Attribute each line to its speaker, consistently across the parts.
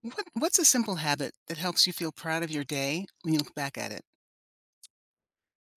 Speaker 1: What's a simple habit that helps you feel proud of your day when you look back at it?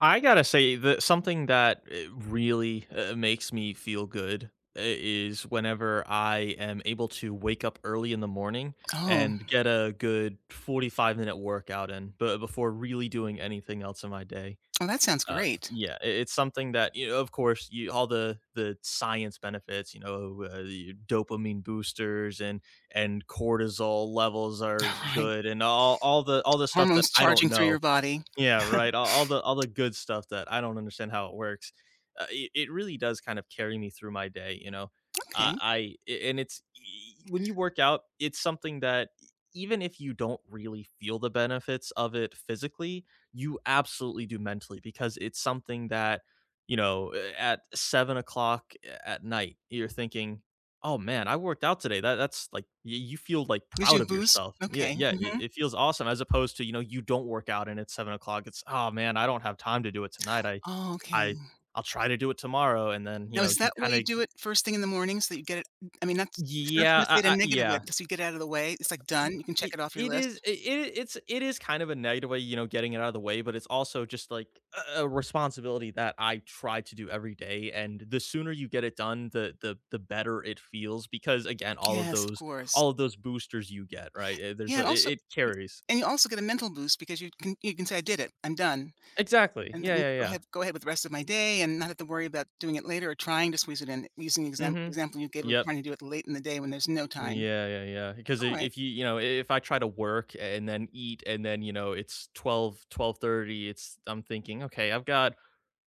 Speaker 2: I gotta say that something that really makes me feel good is whenever I am able to wake up early in the morning
Speaker 1: Oh,
Speaker 2: and get a good 45-minute workout in, but before really doing anything else in my day.
Speaker 1: oh, that sounds
Speaker 2: Uh,
Speaker 1: great.
Speaker 2: yeah, it's something that, you know, of course, you, all the science benefits, you know, the dopamine boosters and cortisol levels are
Speaker 1: All right.
Speaker 2: good, and all the stuff that
Speaker 1: Hormones
Speaker 2: I don't
Speaker 1: charging through your
Speaker 2: know.
Speaker 1: body.
Speaker 2: Yeah, right, all the good stuff that I don't understand how it works. It really does kind of carry me through my day, you know?
Speaker 1: Okay.
Speaker 2: I a and it's e When you work out, it's something that e even if you don't really feel the benefits of it physically, you absolutely do mentally because it's something that, you know, at 7 o'clock at night, you're thinking, "Oh, man, I worked out today. That's like y you feel, like,
Speaker 1: Gives
Speaker 2: proud
Speaker 1: you a
Speaker 2: of
Speaker 1: boost.
Speaker 2: yourself." Yeah,
Speaker 1: Okay.
Speaker 2: yeah, it it feels awesome as opposed to, you know, you don't work out and it's 7 o'clock. It's, "Oh, man, I don't have time to do it tonight.
Speaker 1: Oh, okay.
Speaker 2: I I'll try to do it tomorrow." And then, you
Speaker 1: Now,
Speaker 2: know,
Speaker 1: is
Speaker 2: you
Speaker 1: that why you
Speaker 2: kinda.
Speaker 1: do it first thing in the morning so that you get it? That's it's not
Speaker 2: Yeah,
Speaker 1: necessarily a
Speaker 2: I
Speaker 1: negative way,
Speaker 2: yeah.
Speaker 1: so you get it out of the way. It's like done. You can check
Speaker 2: It
Speaker 1: it off your
Speaker 2: it is
Speaker 1: list.
Speaker 2: I it it's it is kind of a negative way, you know, getting it out of the way, but it's also just, like, a responsibility that I try to do every day, and the sooner you get it done, the better it feels because, again, all of
Speaker 1: Yes, of
Speaker 2: those
Speaker 1: course.
Speaker 2: all of those boosters you get, right? Eh, there's
Speaker 1: Yeah, and
Speaker 2: a it
Speaker 1: also,
Speaker 2: it carries.
Speaker 1: and you also get a mental boost because you can say, "I did it. I'm done."
Speaker 2: Exactly.
Speaker 1: And
Speaker 2: Yeah,
Speaker 1: then go
Speaker 2: yeah,
Speaker 1: ahead go ahead with the rest of my day and not have to worry about doing it later or trying to squeeze it in, using the
Speaker 2: yeah. Mhm.
Speaker 1: example you gave of
Speaker 2: Yep.
Speaker 1: trying to do it late in the day when there's no time.
Speaker 2: Yeah, yeah, yeah, because I
Speaker 1: All right.
Speaker 2: if you you know, if I try to work, and then eat and then, you know, it's 12, 12:30. It's I'm thinking, "Okay, I've got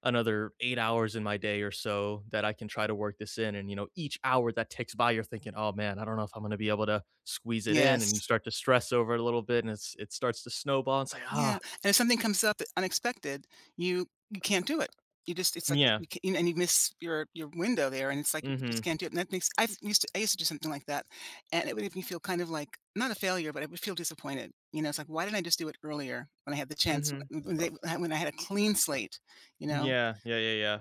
Speaker 2: another 8 hours in my day or so that I can try to work this in, and, you know, each hour that ticks by, you're thinking, 'Oh, man, I don't know if I'm gonna be able to squeeze it in,' and you
Speaker 1: Yes.
Speaker 2: start to stress over it a little bit, and it starts to snowball, and say,
Speaker 1: Yeah,
Speaker 2: 'Ah.'"
Speaker 1: and if something comes up unexpected, you can't do it. You just it's like a
Speaker 2: Yeah.
Speaker 1: you can and you miss your window there, and it's like you
Speaker 2: Mm,
Speaker 1: just
Speaker 2: mhm.
Speaker 1: can't do it. And that makes I used to do something like that, and it would make me feel kind of like not a failure, but I would feel disappointed. You know, it's like why didn't I just do it earlier when I had the
Speaker 2: Mm,
Speaker 1: chance
Speaker 2: mhm.
Speaker 1: when I had a clean slate? You know,
Speaker 2: Yeah. Yeah, yeah, yeah.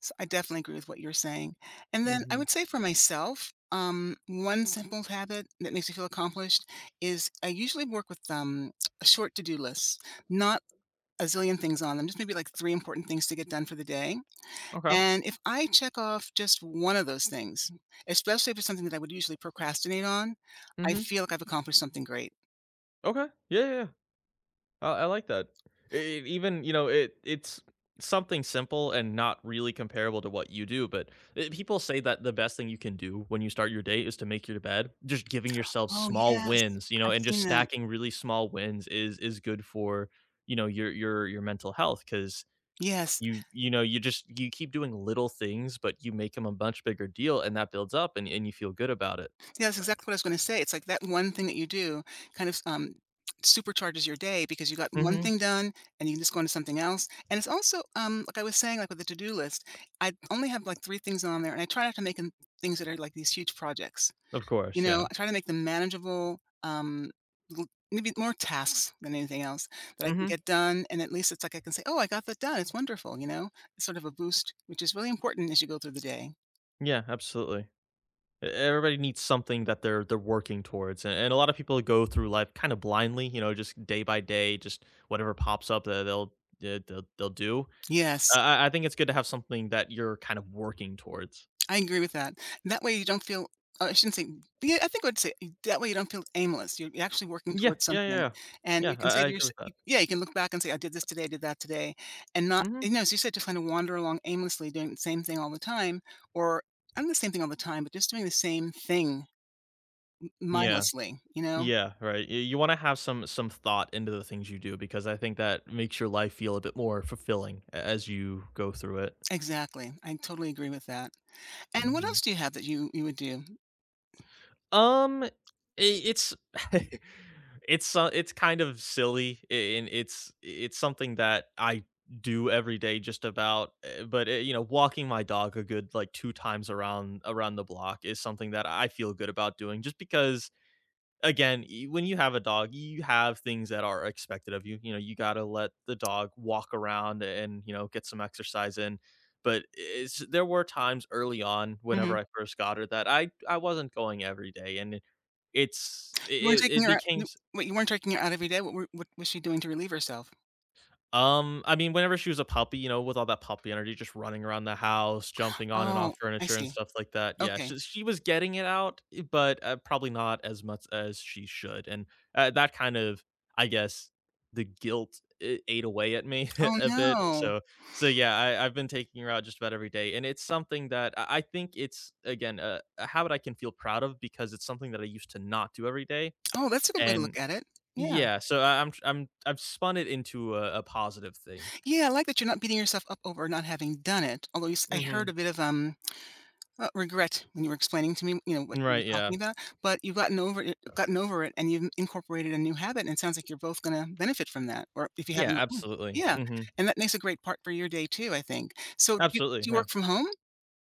Speaker 1: so I definitely agree with what you're saying. And
Speaker 2: Mm,
Speaker 1: then I
Speaker 2: mhm.
Speaker 1: would say for myself, one simple habit that makes me feel accomplished is I usually work with a short to-do list, not a zillion things on them, just maybe like three important things to get done for the day.
Speaker 2: Okay.
Speaker 1: And if I check off just one of those things, especially if it's something that I would usually procrastinate on,
Speaker 2: Mm,
Speaker 1: I
Speaker 2: mhm.
Speaker 1: feel like I've accomplished something great.
Speaker 2: Okay. Yeah, yeah, yeah. I like that. I even, you know, it's something simple and not really comparable to what you do, but, people say that the best thing you can do when you start your day is to make your bed. Just giving yourself
Speaker 1: Oh
Speaker 2: small
Speaker 1: yes,
Speaker 2: wins, you know,
Speaker 1: I've
Speaker 2: and just
Speaker 1: seen that.
Speaker 2: stacking really small wins is good for, you know, your mental health because
Speaker 1: Yes.
Speaker 2: you know, you just you keep doing little things, but you make them a much bigger deal and that builds up and you feel good about it.
Speaker 1: Yeah, that's exactly what I was going to say. It's like that one thing that you do kind of, supercharges your day because you got one
Speaker 2: Mhm.
Speaker 1: thing done and you can just go into something else. And it's also, like I was saying, like with the to do list, I only have like three things on there and I try not to make them things that are like these huge projects.
Speaker 2: Of
Speaker 1: You
Speaker 2: course,
Speaker 1: know,
Speaker 2: yeah.
Speaker 1: I try to make them manageable, um, l- maybe more tasks than anything else that I can
Speaker 2: Mhm.
Speaker 1: get done. And at least it's like I can say, oh, I got that done. It's wonderful, you know, it's sort of a boost, which is really important as you go through the day.
Speaker 2: Yeah, absolutely. Everybody needs something that they're working towards, and a lot of people go through life kind of blindly, you know, just day by day, just whatever pops up that they'll do.
Speaker 1: Yes.
Speaker 2: I think it's good to have something that you're kind of working towards.
Speaker 1: I agree with that. That way you don't feel oh, I shouldn't say yeah, I think I would say that way you don't feel aimless. You're actually working
Speaker 2: Yeah,
Speaker 1: towards
Speaker 2: yeah, yeah,
Speaker 1: something.
Speaker 2: yeah.
Speaker 1: And you
Speaker 2: Yeah,
Speaker 1: can
Speaker 2: I,
Speaker 1: say
Speaker 2: I
Speaker 1: to
Speaker 2: agree
Speaker 1: yourself,
Speaker 2: with that.
Speaker 1: yeah, you can look back and say, I did this today, I did that today. And not,
Speaker 2: Hmm.
Speaker 1: you know, as you said, just kind of wander along aimlessly doing the same thing all the time, or I am the same thing all the time, but just doing the same thing
Speaker 2: Yeah,
Speaker 1: mindlessly, you know?
Speaker 2: yeah, right. You want to have some thought into the things you do because I think that makes your life feel a bit more fulfilling as you go through it.
Speaker 1: Exactly. I totally agree with that. And what else
Speaker 2: Mhm.
Speaker 1: do you have that you would do?
Speaker 2: I It's it's kind of silly, a and it's something that I do every day just about, but, you know, walking my dog a good, like, 2 times around the block is something that I feel good about doing just because, again, y when you have a dog, you have things that are expected of you, you know, you gotta let the dog walk around and, you know, get some exercise in, but it's there were times early on whenever I first got her that I wasn't going every day, and it's
Speaker 1: You weren't
Speaker 2: it
Speaker 1: taking
Speaker 2: it
Speaker 1: her
Speaker 2: became
Speaker 1: you
Speaker 2: s
Speaker 1: Wait, you weren't taking her out every day? What was she doing to relieve herself?
Speaker 2: I mean, whenever she was a puppy, you know, with all that puppy energy, just running around the house, jumping on and
Speaker 1: Oh,
Speaker 2: off
Speaker 1: I
Speaker 2: furniture and
Speaker 1: see.
Speaker 2: stuff like that. Yeah,
Speaker 1: Okay.
Speaker 2: she was getting it out, but, probably not as much as she should, and, that kind of I guess, the guilt a ate away at me
Speaker 1: Oh,
Speaker 2: a bit,
Speaker 1: no.
Speaker 2: so yeah, I've been taking her out just about every day, and it's something that I think it's, again, a habit I can feel proud of because it's something that I used to not do every day,
Speaker 1: Oh, that's a good way to look
Speaker 2: and.
Speaker 1: at it. Yeah.
Speaker 2: Yeah, so I I'm tr- I'm I've spun it into a positive thing.
Speaker 1: Yeah, I like that you're not beating yourself up over not having done it, although you s I heard a
Speaker 2: Mhm.
Speaker 1: bit of, regret when you were explaining to me, you know, what you were
Speaker 2: Right, yeah.
Speaker 1: talking about, but you've gotten over it, and you've incorporated a new habit, and it sounds like you're both gonna benefit from that, or if you
Speaker 2: Yeah,
Speaker 1: haven't
Speaker 2: absolutely.
Speaker 1: yeah,
Speaker 2: Mhm.
Speaker 1: and that makes a great part for your day too, I think. So,
Speaker 2: Absolutely,
Speaker 1: do you
Speaker 2: yeah.
Speaker 1: work from home?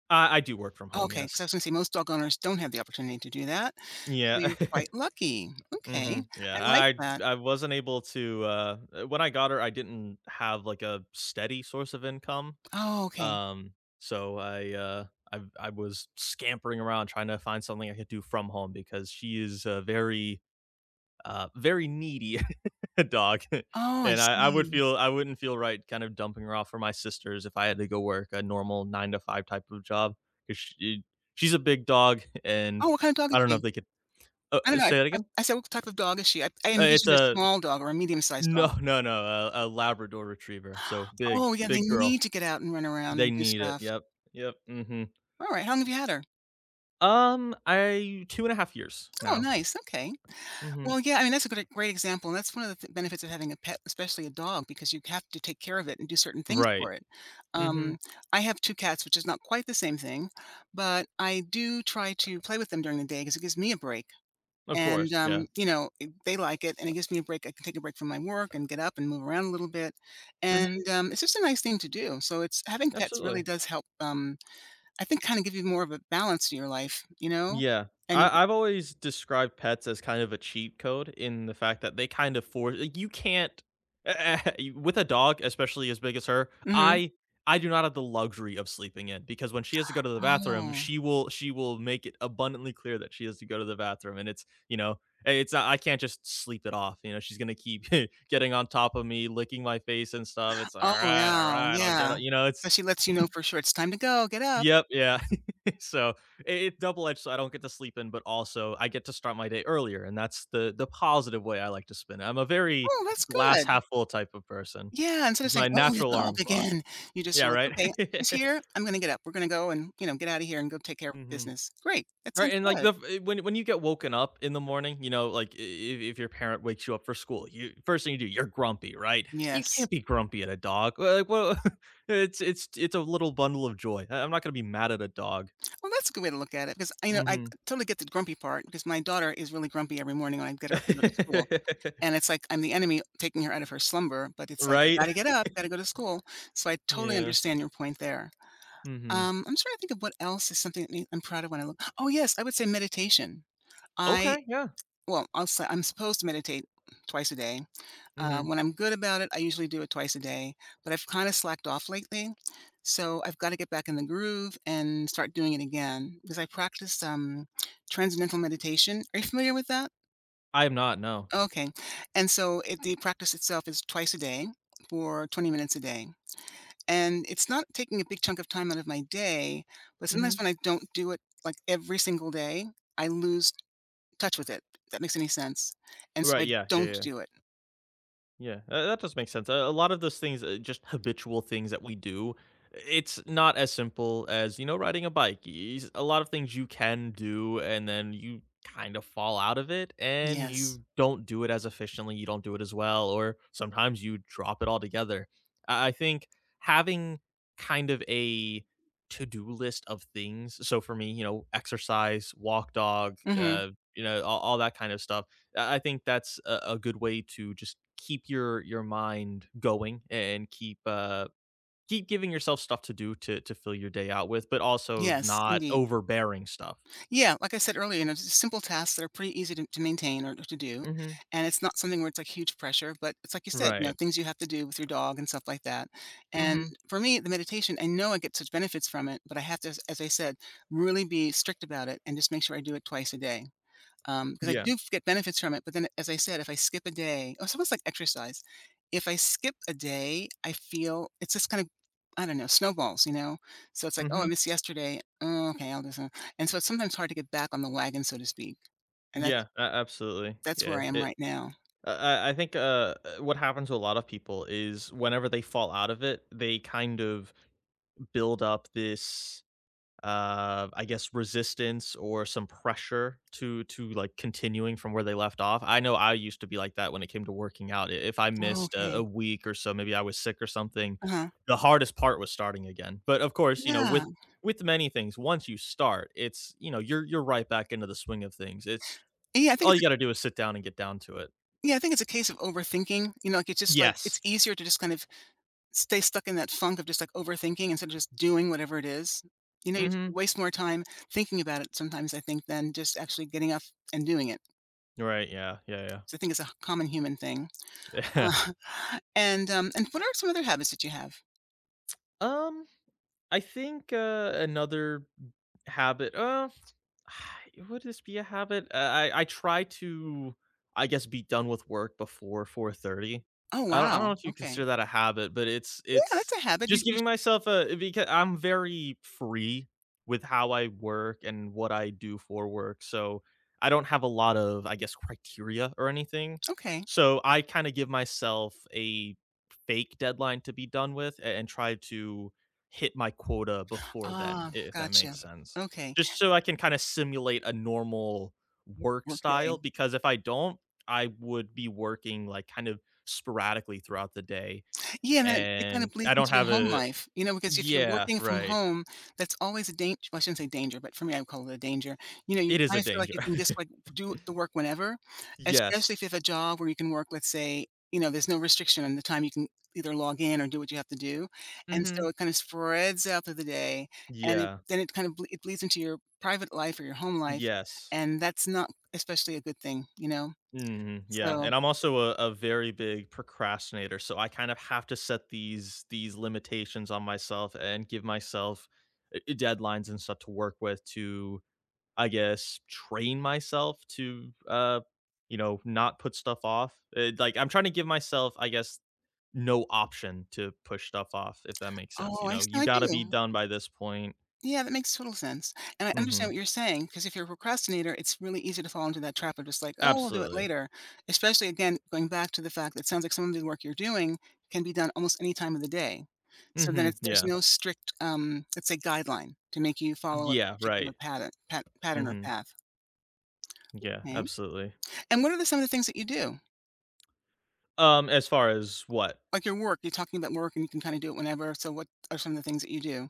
Speaker 2: I do work from home,
Speaker 1: Okay, because I
Speaker 2: yes.
Speaker 1: was gonna say most dog owners don't have the opportunity to do that, so
Speaker 2: Yeah.
Speaker 1: you're quite lucky. Okay,
Speaker 2: Mhm, yeah,
Speaker 1: I like
Speaker 2: I
Speaker 1: that.
Speaker 2: I wasn't able to, when I got her, I didn't have, like, a steady source of income,
Speaker 1: Oh, okay.
Speaker 2: um, so I, I was scampering around trying to find something I could do from home because she is, very, very needy. Dog.
Speaker 1: Oh, I
Speaker 2: And I would
Speaker 1: see.
Speaker 2: feel I wouldn't feel right kind of dumping her off for my sisters if I had to go work a normal nine to five type of job because she's a big dog and
Speaker 1: Oh, what kind of dog
Speaker 2: I
Speaker 1: is
Speaker 2: don't know if
Speaker 1: she?
Speaker 2: they could
Speaker 1: I don't know, I
Speaker 2: say that
Speaker 1: I
Speaker 2: again.
Speaker 1: I said, "What type of dog is she?" I
Speaker 2: It's
Speaker 1: envisioned a
Speaker 2: a
Speaker 1: small dog or a medium-sized dog.
Speaker 2: No, no, no, a Labrador Retriever. So big,
Speaker 1: Oh, yeah, they
Speaker 2: big girl.
Speaker 1: need to get out and run around and
Speaker 2: They
Speaker 1: do
Speaker 2: need it.
Speaker 1: stuff.
Speaker 2: Yep, yep. Hmm.
Speaker 1: Alright, how long have you had her?
Speaker 2: I 2.5 years
Speaker 1: Oh,
Speaker 2: now.
Speaker 1: nice, okay.
Speaker 2: Hmm.
Speaker 1: Well, yeah, I mean, that's a good great example, and that's one of the th benefits of having a pet, especially a dog, because you have to take care of it and do certain things
Speaker 2: Right.
Speaker 1: for it.
Speaker 2: Hmm.
Speaker 1: Um, I have 2 cats, which is not quite the same thing, but I do try to play with them during the day because it gives me a break,
Speaker 2: Of course.
Speaker 1: and,
Speaker 2: Yeah.
Speaker 1: you know, it they like it, and it gives me a break. I can take a break from my work and get up and move around a little bit, and,
Speaker 2: Hmm.
Speaker 1: it's just a nice thing to do. So it's having pets really
Speaker 2: Absolutely.
Speaker 1: does help, I think kinda give you more of a balance to your life, you know?
Speaker 2: Yeah.
Speaker 1: And you
Speaker 2: I've always described pets as kind of a cheat code in the fact that they kind of force like, you can't with a dog, especially as big as her,
Speaker 1: Mhm.
Speaker 2: I do not have the luxury of sleeping in because when she has to go to the bathroom,
Speaker 1: Oh.
Speaker 2: she will make it abundantly clear that she has to go to the bathroom. And it's you know, eh, it's not I can't just sleep it off. You know, she's gonna keep getting on top of me, licking my face and stuff. It's
Speaker 1: Oh,
Speaker 2: all
Speaker 1: wow,
Speaker 2: right, I'll get
Speaker 1: yeah.
Speaker 2: it. You know, it's
Speaker 1: So she lets you know for sure, "It's time to go, get up."
Speaker 2: Yep, yeah, so it's double edged. So I don't get to sleep in, but also I get to start my day earlier, and that's the positive way I like to spin it. I'm a very
Speaker 1: Oh, that's
Speaker 2: glass
Speaker 1: good.
Speaker 2: half full type of person.
Speaker 1: Yeah, instead of
Speaker 2: It's
Speaker 1: saying,
Speaker 2: my
Speaker 1: "Oh, the
Speaker 2: natural
Speaker 1: dog
Speaker 2: alarm clock.
Speaker 1: again," you just are
Speaker 2: Yeah,
Speaker 1: like,
Speaker 2: right.
Speaker 1: "Okay, she's here, I'm gonna get up. We're gonna go and, you know, get out of here and go take care of
Speaker 2: Hmm.
Speaker 1: business." Great, that
Speaker 2: Right,
Speaker 1: sounds
Speaker 2: and like
Speaker 1: good.
Speaker 2: when you get woken up in the morning, you know, like if your parent wakes you up for school, you first thing you do, you're grumpy, right? You
Speaker 1: Yes.
Speaker 2: can't be grumpy at a dog. Well, like, well, it's a little bundle of joy. I'm not gonna be mad at a dog.
Speaker 1: Well, that's a good way to look at it because I you know I
Speaker 2: Hmm.
Speaker 1: totally get the grumpy part because my daughter is really grumpy every morning when I get her up to go to school, and it's like I'm the enemy taking her out of her slumber, but it's like, "You
Speaker 2: Right?
Speaker 1: gotta get up, gotta go to school." So I totally
Speaker 2: Yeah.
Speaker 1: understand your point there.
Speaker 2: Mhm.
Speaker 1: I'm trying to think of what else is something that me I'm proud of when I look oh, yes, I would say meditation. I
Speaker 2: Okay, yeah.
Speaker 1: well, I'll say I'm supposed to meditate twice a day.
Speaker 2: Mhm.
Speaker 1: When I'm good about it, I usually do it twice a day, but I've kinda slacked off lately, so I've gotta get back in the groove and start doing it again, because I practice, transcendental meditation. Are you familiar with that?
Speaker 2: I have not, no.
Speaker 1: Okay, and so it the practice itself is twice a day for 20 minutes a day. And it's not taking a big chunk of time out of my day, but sometimes
Speaker 2: Mhm.
Speaker 1: when I don't do it, like, every single day, I lose touch with it, if that makes any sense, and so
Speaker 2: Right,
Speaker 1: I
Speaker 2: yeah, yeah,
Speaker 1: don't
Speaker 2: yeah.
Speaker 1: do it.
Speaker 2: Yeah, that does make sense. A lot of those things, just habitual things that we do, it's not as simple as, you know, riding a bike. A lot of things you can do, and then you kind of fall out of it and
Speaker 1: Yes.
Speaker 2: you don't do it as efficiently. You don't do it as well, or sometimes you drop it altogether. I think having kind of a to do list of things. So for me, you know, exercise, walk dog,
Speaker 1: Mhm.
Speaker 2: you know, all that kind of stuff I think that's a good way to just keep your mind going and keep giving yourself stuff to do to fill your day out with, but also
Speaker 1: Yes,
Speaker 2: not
Speaker 1: indeed.
Speaker 2: overbearing stuff.
Speaker 1: Yeah, like I said earlier, you know, just simple tasks that are pretty easy to maintain or to do,
Speaker 2: Hmm.
Speaker 1: and it's not something where it's, like, huge pressure, but it's like you said, you know,
Speaker 2: Right.
Speaker 1: things you have to do with your dog and stuff like that. And
Speaker 2: Hmm.
Speaker 1: for me, the meditation, I know I get such benefits from it, but I have to, as I said, really be strict about it and just make sure I do it twice a day. Because I
Speaker 2: Yeah.
Speaker 1: do get benefits from it, but then as I said, if I skip a day oh, it's almost like exercise. If I skip a day, I feel it's just kind of I don't know, snowballs, you know? So it's like, "Oh, I
Speaker 2: Hmm.
Speaker 1: missed yesterday. Oh, okay, I'll do some," and so it's sometimes hard to get back on the wagon, so to speak, and
Speaker 2: Yeah. Absolutely.
Speaker 1: that's where
Speaker 2: Yeah.
Speaker 1: I am
Speaker 2: It.
Speaker 1: right now.
Speaker 2: I think, what happens to a lot of people is whenever they fall out of it, they kind of build up this, I guess, resistance or some pressure to, like, continuing from where they left off. I know I used to be like that when it came to working out. If I
Speaker 1: Oh,
Speaker 2: missed a,
Speaker 1: okay.
Speaker 2: a week or so, maybe I was sick or something,
Speaker 1: Uh-huh.
Speaker 2: the hardest part was starting again. But of course, you know,
Speaker 1: Yeah.
Speaker 2: with many things, once you start, it's, you know, you're right back into the swing of things. It's
Speaker 1: Yeah, I think
Speaker 2: all
Speaker 1: it's
Speaker 2: you
Speaker 1: a
Speaker 2: got to do is sit down and get down to it.
Speaker 1: Yeah, I think it's a case of overthinking, you know, like, it's just like it's
Speaker 2: Yes.
Speaker 1: easier to just kind of stay stuck in that funk of just, like, overthinking instead of just doing whatever it is. You know, you
Speaker 2: Mm-hmm.
Speaker 1: waste more time thinking about it sometimes, I think, than just actually getting up and doing it.
Speaker 2: Right. Yeah, yeah,
Speaker 1: So I think it's a common human thing.
Speaker 2: yeah.
Speaker 1: Uh, and what are some other habits that you have?
Speaker 2: um I think, another habit, would this be a habit? I try to, I guess, be done with work before 4:30.
Speaker 1: Oh,
Speaker 2: I don't
Speaker 1: wow,
Speaker 2: know if you
Speaker 1: okay.
Speaker 2: consider that a habit, but it's
Speaker 1: Yeah,
Speaker 2: it's
Speaker 1: that's a habit. You
Speaker 2: just
Speaker 1: you
Speaker 2: giving myself a, because I'm very free with how I work and what I do for work, so I don't have a lot of, I guess, criteria or anything.
Speaker 1: okay.
Speaker 2: So I kinda give myself a fake deadline to be done with, a and try to hit my quota before then,
Speaker 1: Ah,
Speaker 2: I if that
Speaker 1: gotcha.
Speaker 2: makes sense.
Speaker 1: Okay.
Speaker 2: Just so I can kinda simulate a normal work
Speaker 1: Workday.
Speaker 2: style, because if I don't, I would be working, like, kind of sporadically throughout the day,
Speaker 1: Yeah, and that it kind of
Speaker 2: and I
Speaker 1: bleeds
Speaker 2: don't
Speaker 1: into your
Speaker 2: have
Speaker 1: home
Speaker 2: a.
Speaker 1: life, you know, because if you're
Speaker 2: Yeah,
Speaker 1: working from
Speaker 2: right.
Speaker 1: home, that's always a danger. Well, I shouldn't say danger, but for me, I would call it a danger. You know, you
Speaker 2: It is
Speaker 1: kind
Speaker 2: a
Speaker 1: of feel like
Speaker 2: danger.
Speaker 1: you can just, like, do the work whenever, especially if
Speaker 2: Yes.
Speaker 1: you have a job where you can work, let's say, you know, there's no restriction on the time you can either log in or do what you have to do, and so
Speaker 2: Mhm.
Speaker 1: it kind of spreads out through the day, and it
Speaker 2: Yeah.
Speaker 1: then it kind of ble it bleeds into your private life or your home life,
Speaker 2: Yes.
Speaker 1: and that's not especially a good thing, you know?
Speaker 2: Mhm, yeah,
Speaker 1: So
Speaker 2: and I'm also a very big procrastinator, so I kind of have to set these limitations on myself and give myself, deadlines and stuff to work with to, I guess, train myself to, you know, not put stuff off. Like, I'm trying to give myself, I guess, no option to push stuff off, if that makes sense,
Speaker 1: oh,
Speaker 2: you know? You
Speaker 1: I
Speaker 2: gotta be
Speaker 1: do.
Speaker 2: done by this point.
Speaker 1: Yeah, that makes total sense. And I understand
Speaker 2: Mhm.
Speaker 1: what you're saying because if you're a procrastinator, it's really easy to fall into that trap of just like, oh, I'll do it
Speaker 2: Absolutely.
Speaker 1: later. Especially again, going back to the fact that it sounds like some of the work you're doing can be done almost any time of the day. So then
Speaker 2: Mhm,
Speaker 1: it's, there's
Speaker 2: yeah.
Speaker 1: no strict, let's say, guideline to make you follow a
Speaker 2: Yeah,
Speaker 1: particular
Speaker 2: right.
Speaker 1: pattern or
Speaker 2: Mhm.
Speaker 1: path.
Speaker 2: Yeah,
Speaker 1: Okay.
Speaker 2: absolutely.
Speaker 1: And what are some of the things that you do?
Speaker 2: As far as what?
Speaker 1: Like your work, you're talking about work and you can kind of do it whenever. So what are some of the things that you do?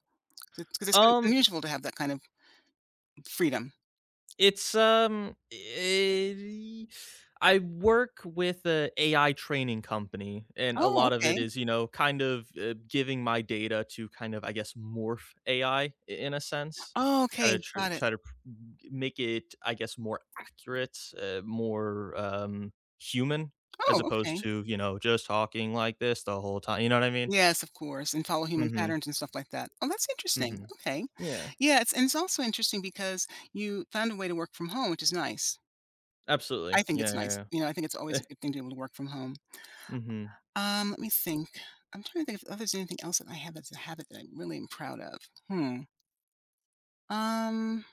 Speaker 1: Because it's
Speaker 2: Um,
Speaker 1: unusual to have that kind of freedom.
Speaker 2: it's, I work with a AI training company, and a
Speaker 1: Oh,
Speaker 2: lot of
Speaker 1: okay.
Speaker 2: it is, you know, kind of, giving my data to kind of, I guess, morph AI in a sense.
Speaker 1: Oh,
Speaker 2: Try
Speaker 1: okay.
Speaker 2: to tr
Speaker 1: Got it.
Speaker 2: try to p g make it, I guess, more accurate, more, human as
Speaker 1: Oh, okay.
Speaker 2: opposed to, you know, just talking like this the whole time, you know what I mean?
Speaker 1: Yes, of course, and follow human
Speaker 2: Mhm,
Speaker 1: patterns and stuff like that. Oh, that's interesting.
Speaker 2: mhm.
Speaker 1: Okay.
Speaker 2: Yeah,
Speaker 1: Yeah, it's and it's also interesting because you found a way to work from home, which is nice. I
Speaker 2: absolutely.
Speaker 1: think it's
Speaker 2: Yeah, yeah,
Speaker 1: nice.
Speaker 2: yeah.
Speaker 1: You know, I think it's always
Speaker 2: Eh,
Speaker 1: a good thing to be able to work from home.
Speaker 2: mhm.
Speaker 1: Let me think. I'm trying to think if oh, there's anything else that I have that's a habit that I really am proud of. Hmm. Um,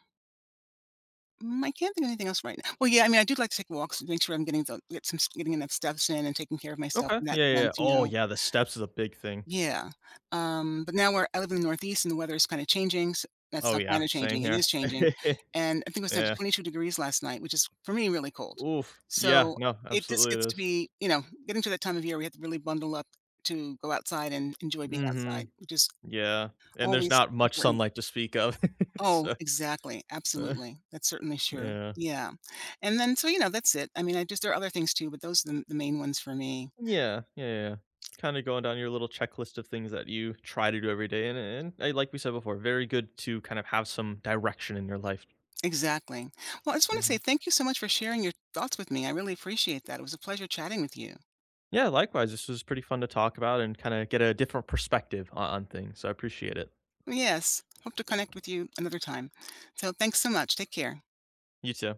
Speaker 1: I can't think of anything else right now. Well, yeah, I mean, I do like to take walks to make sure I'm getting get getting enough steps in and taking care of myself
Speaker 2: Okay.
Speaker 1: in that
Speaker 2: Yeah, yeah, yeah.
Speaker 1: sense. You
Speaker 2: Oh,
Speaker 1: know,
Speaker 2: yeah, the steps is a big thing.
Speaker 1: yeah, but now we're I live in the Northeast and the weather is kinda changing, s that's
Speaker 2: Oh,
Speaker 1: not
Speaker 2: yeah,
Speaker 1: kinda
Speaker 2: same
Speaker 1: changing, it is
Speaker 2: here.
Speaker 1: changing, and I think it was down to
Speaker 2: Yeah.
Speaker 1: 22 degrees last night, which is, for me, really cold.
Speaker 2: Oof. Yeah,
Speaker 1: So,
Speaker 2: no,
Speaker 1: it just
Speaker 2: absolutely
Speaker 1: gets
Speaker 2: it
Speaker 1: to
Speaker 2: is.
Speaker 1: be you know, getting to that time of year, we have to really bundle up to go outside and enjoy being outside,
Speaker 2: Mhm.
Speaker 1: which is
Speaker 2: Yeah, and there's
Speaker 1: always
Speaker 2: not much
Speaker 1: important.
Speaker 2: sunlight to speak of,
Speaker 1: Oh,
Speaker 2: so
Speaker 1: exactly,
Speaker 2: uh, yeah.
Speaker 1: absolutely, that's certainly true,
Speaker 2: Yeah,
Speaker 1: yeah, and then so, you know, that's it, I mean, I just there are other things too, but those are the main ones for me.
Speaker 2: yeah, yeah. Yeah. Kinda going down your little checklist of things that you try to do every day, and, like we said before, very good to kind of have some direction in your life.
Speaker 1: Exactly. Well, I just want to say
Speaker 2: Mhm.
Speaker 1: thank you so much for sharing your thoughts with me. I really appreciate that. It was a pleasure chatting with you.
Speaker 2: Yeah, likewise, this was pretty fun to talk about and kinda get a different perspective on things, so I appreciate it.
Speaker 1: Yes. Hope to connect with you another time. So thanks so much. Take care.
Speaker 2: You too.